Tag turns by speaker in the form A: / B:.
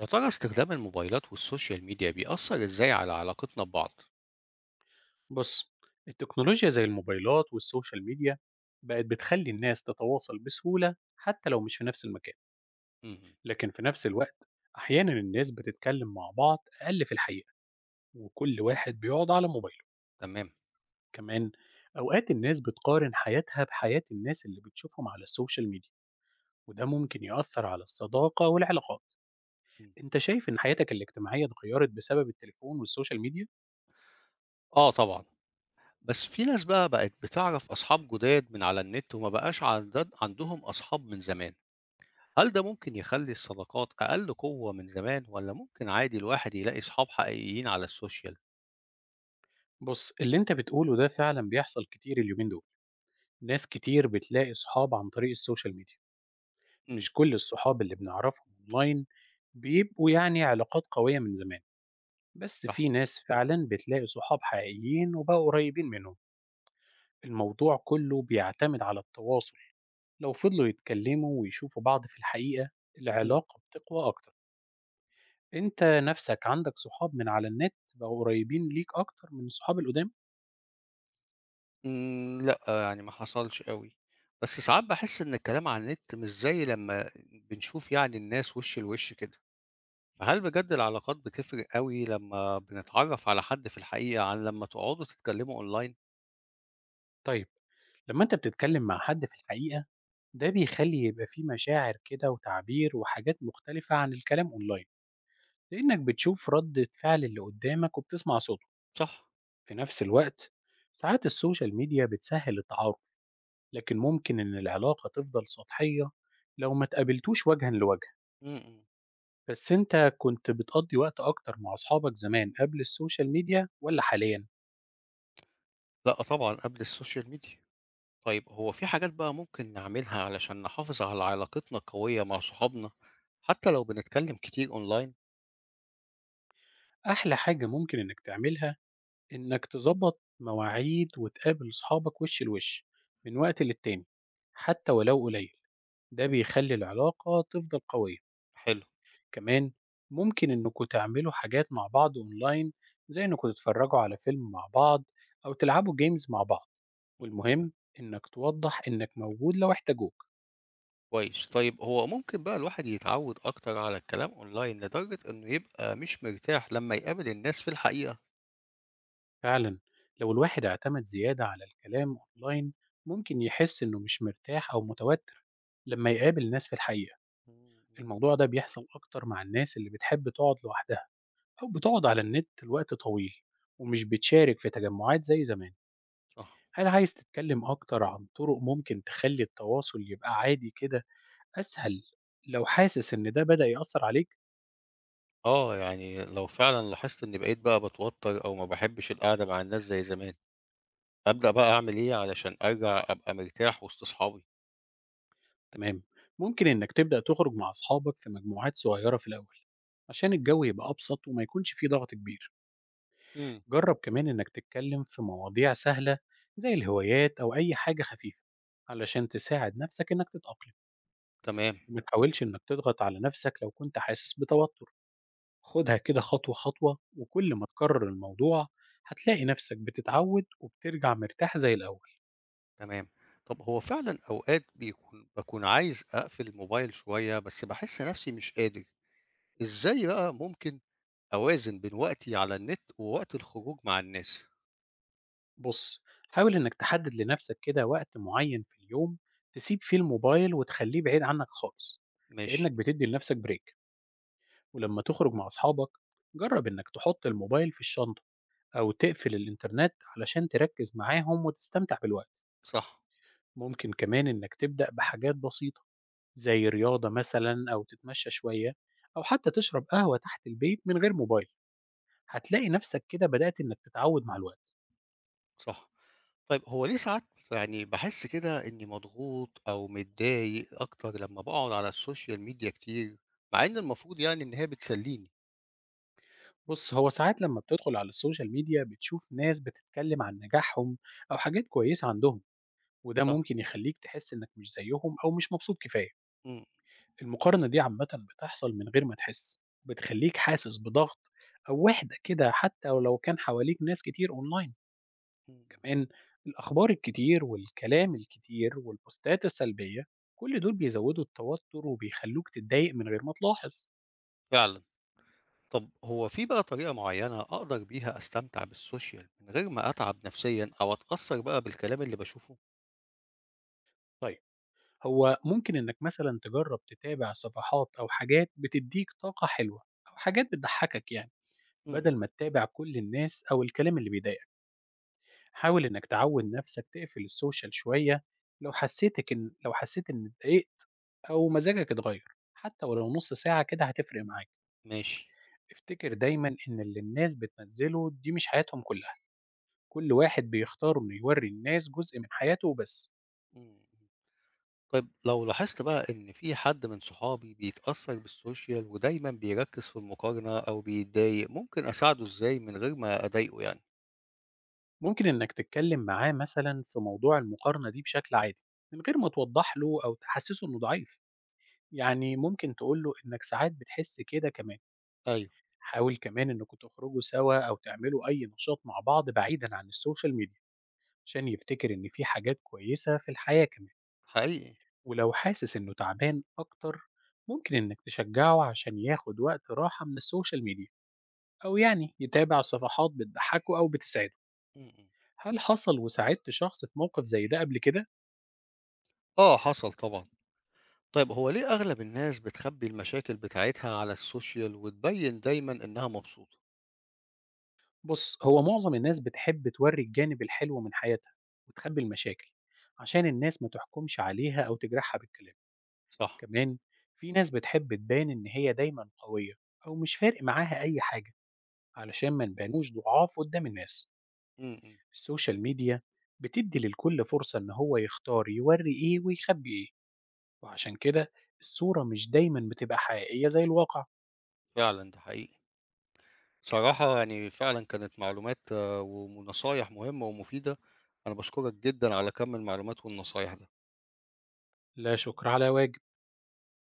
A: يا ترى استخدام الموبايلات والسوشيال ميديا بيأثر إزاي على علاقتنا ببعض؟
B: بص، التكنولوجيا زي الموبايلات والسوشيال ميديا بقت بتخلي الناس تتواصل بسهولة حتى لو مش في نفس المكان.
A: اهم،
B: لكن في نفس الوقت أحيانا الناس بتتكلم مع بعض أقل في الحقيقة، وكل واحد بيقعد على موبايله.
A: تمام.
B: كمان أوقات الناس بتقارن حياتها بحياة الناس اللي بتشوفهم على السوشيال ميديا، وده ممكن يؤثر على الصداقة والعلاقات.
A: إمم.
B: انت شايف ان حياتك الاجتماعية اتغيرت بسبب التليفون والسوشيال ميديا؟
A: آه طبعًا، بس في ناس بقى بقت بتعرف أصحاب جداد من على النت وما بقاش عندهم أصحاب من زمان، هل ده ممكن يخلّي الصداقات أقل قوة من زمان والّا ممكن عادي الواحد يلاقي صحاب حقيقيين على السوشيال؟
B: بص، اللي انت بتقوله ده فعلا بيحصل كتير اليومين دول. ناس كتير بتلاقي صحاب عن طريق السوشيال ميديا.
A: إمم،
B: مش كل الصحاب اللي بنعرفهم اونلاين بيبقوا يعني علاقات قوية من زمان، بس
A: صح.
B: في ناس فعلا بتلاقي صحاب حقيقيين وبقوا قريبين منهم. الموضوع كله بيعتمد على التواصل، لو فضلوا يتكلموا ويشوفوا بعض في الحقيقة
A: إمم.
B: العلاقة بتقوى أكتر. أنت نفسك عندك صحاب من على النت بقوا قريبين ليك أكتر من الصحاب القدام؟
A: إمم، لأ، يعني ما حصلش أوي، بس ساعات باحس إن الكلام على النت مش زي لمّا بنشوف يعني الناس وِش لوِش كده. فهل بجد العلاقات بتفرق أوي لمّا بنتعرّف على حد في الحقيقة عن لمّا تقعدوا تتكلموا أونلاين؟
B: طيب، لما أنت بتتكلم مع حد في الحقيقة ده بيخلي يبقى فيه مشاعر كده وتعبير وحاجات مختلفة عن الكلام أونلاين، لأنك بتشوف ردة فعل اللي قدامك وبتسمع صوته.
A: صح.
B: في نفس الوقت ساعات السوشيال ميديا بتسهل التعارف، لكن ممكن إن العلاقة تفضل سطحية لو ما تقابلتوش وجها لوجه.
A: إمم، إمم.
B: بس أنت كنت بتقضي وقت أكتر مع أصحابك زمان قبل السوشيال ميديا ولا حاليا؟
A: لأ طبعًا قبل السوشيال ميديا. طيب هو في حاجات بقى ممكن نعملها علشان نحافظ على علاقتنا القوية مع صحابنا حتى لو بنتكلم كتير أونلاين؟
B: أحلى حاجة ممكن إنك تعملها إنك تظبط مواعيد وتقابل أصحابك وش لوش من وقت للتاني، حتى ولو قليل، ده بيخلي العلاقة تفضل قوية.
A: حلو،
B: كمان ممكن إنكوا تعملوا حاجات مع بعض أونلاين، زي إنكوا تتفرجوا على فيلم مع بعض أو تلعبوا جيمز مع بعض.
A: إمم.
B: والمهم إنك توضح إنك موجود لو احتاجوك.
A: كويس. طيب هو ممكن بقى الواحد يتعود أكتر على الكلام أونلاين لدرجة إنه يبقى مش مرتاح لمّا يقابل الناس في الحقيقة؟
B: فعلا، لو الواحد اعتمد زيادة على الكلام أونلاين ممكن يحس إنه مش مرتاح أو متوتر لما يقابل ناس في الحقيقة.
A: إمم، إمم.
B: الموضوع ده بيحصل أكتر مع الناس اللي بتحب تقعد لوحدها أو بتقعد على النت لوقت طويل ومش بتشارك في تجمعات زي زمان.
A: صح.
B: هل عايز تتكلم أكتر عن طرق ممكن تخلي التواصل يبقى عادي كده، أسهل، لو حاسس إن ده بدأ يأثر عليك؟
A: آه، يعني لو فعلًا لاحظت إني بقيت بقى باتوتّر أو ما باحبّش القعدة مع الناس زي زمان، أبدأ بقى أعمل إيه علشان أرجع أبقى مرتاح وسط صحابي؟
B: تمام، ممكن إنك تبدأ تخرج مع أصحابك في مجموعات صغيرة في الأول، عشان الجو يبقى أبسط وما يكونش فيه ضغط كبير.
A: إمم.
B: جرب كمان إنك تتكلم في مواضيع سهلة زي الهوايات أو أي حاجة خفيفة، علشان تساعد نفسك إنك تتأقلم.
A: تمام،
B: ما تحاولش إنك تضغط على نفسك لو كنت حاسس بتوتر، خدها كده خطوة خطوة، وكل ما تكرر الموضوع هتلاقي نفسك بتتعود وبترجع مرتاح زي الأول.
A: تمام. طب هو فعلًا أوقات باكون عايز أقفل الموبايل شوية، بس باحس نَفْسي مش قادر. إزاي بقى ممكن أوازن بين وقتي على النت ووقت الخروج مع الناس؟
B: بص، حاول إنك تحدد لنفسك كده وقت معين في اليوم تسيب فيه الموبايل وتخليه بعيد عنك خالص،
A: ماشي،
B: كأنك بتدي لنفسك بريك. ولما تخرج مع أصحابك جرب إنك تحط الموبايل في الشنطة أو تقفل الإنترنت علشان تركز معاهم وتستمتع بالوقت.
A: صح،
B: ممكن كمان إنك تبدأ بحاجات بسيطة، زي رياضة مثلا أو تتمشى شوية، أو حتى تشرب قهوة تحت البيت من غير موبايل. هتلاقي نفسك كده بدأت إنك تتعود مع الوقت.
A: صح. طيب هو ليه ساعات يعني باحس كده إني مضغوط أو متضايق أكتر لمّا باقعد على السوشيال ميديا كتير، مع إن المفروض يعني إن هي بتسليني،
B: بص، هو ساعات لما بتدخل على السوشيال ميديا بتشوف ناس بتتكلم عن نجاحهم أو حاجات كويسة عندهم، وده
A: صح؟
B: ممكن يخليك تحس إنك مش زيهم أو مش مبسوط كفاية.
A: إمم،
B: المقارنة دي عامة بتحصل من غير ما تحس، بتخليك حاسس بضغط أو وحدة كده، حتى ولو كان حواليك ناس كتير أونلاين.
A: إمم،
B: كمان الأخبار الكتير والكلام الكتير والبوستات السلبية، كل دول بيزودوا التوتر وبيخلوك تتضايق من غير ما تلاحظ.
A: فعلًا. طب هو في بقى طريقة معيّنة أقدر بيها أستمتع بالسوشيال من غير ما أتعب نفسيًا أو أتأثّر بقى بالكلام اللي باشوفه؟
B: طيب، هو ممكن إنك مثلا تجرب تتابع صفحات أو حاجات بتديك طاقة حلوة أو حاجات بتضحكك يعني،
A: إمم، إمم،
B: بدل ما تتابع كل الناس أو الكلام اللي بيضايقك. حاول إنك تعود نفسك تقفل السوشيال شوية، لو حسيت إن اتضايقت أو مزاجك اتغير، حتى ولو نص ساعة كده هتفرق معاك.
A: ماشي.
B: افتكر دايما إن اللي الناس بتنزله دي مش حياتهم كلها، كل واحد بيختار إنه يوري الناس جزء من حياته وبس.
A: إمم، إمم. طيب لو لاحظت بقى إن في حد من صحابي بيتأثّر بالسوشيال ودايمًا بيركّز في المقارنة أو بيتضايق، ممكن أساعده إزاي من غير ما أضايقه يعني؟
B: ممكن إنك تتكلم معاه مثلا في موضوع المقارنة دي بشكل عادي، من غير ما توضح له أو تحسسه إنه ضعيف، يعني ممكن تقول له إنك ساعات بتحس كده كمان.
A: أيوه،
B: حاول كمان إنكم تخرجوا سوا أو تعملوا أي نشاط مع بعض بعيدا عن السوشيال ميديا، عشان يفتكر إن في حاجات كويسة في الحياة كمان.
A: حقيقي،
B: ولو حاسس إنه تعبان أكتر، ممكن إنك تشجعه عشان ياخد وقت راحة من السوشيال ميديا، أو يعني يتابع صفحات بتضحكه أو بتسعده.
A: إمم، إمم.
B: هل حصل وساعدت شخص في موقف زي ده قبل كده؟
A: آه حصل طبعًا. طيب هو ليه أغلب الناس بتخبّي المشاكل بتاعتها على السوشيال وتبيّن دايمًا إنها مبسوطة؟
B: بص، هو معظم الناس بتحب توري الجانب الحلو من حياتها وتخبي المشاكل، عشان الناس ما تحكمش عليها أو تجرحها بالكلام.
A: صح،
B: كمان في ناس بتحب تبان إن هي دايما قوية أو مش فارق معاها أي حاجة، علشان ما نبانوش ضعاف قدام الناس.
A: إمم، إمم،
B: السوشيال ميديا بتدي للكل فرصة إن هو يختار يوري إيه ويخبي إيه، وعشان كده الصورة مش دايما بتبقى حقيقية زي الواقع.
A: فعلًا ده حقيقي. صراحة يعني فعلًا كانت معلومات آه، ونصايح مهمة ومفيدة، أنا باشكرك جدًا على كم المعلومات والنصايح دي.
B: لا شكر على واجب.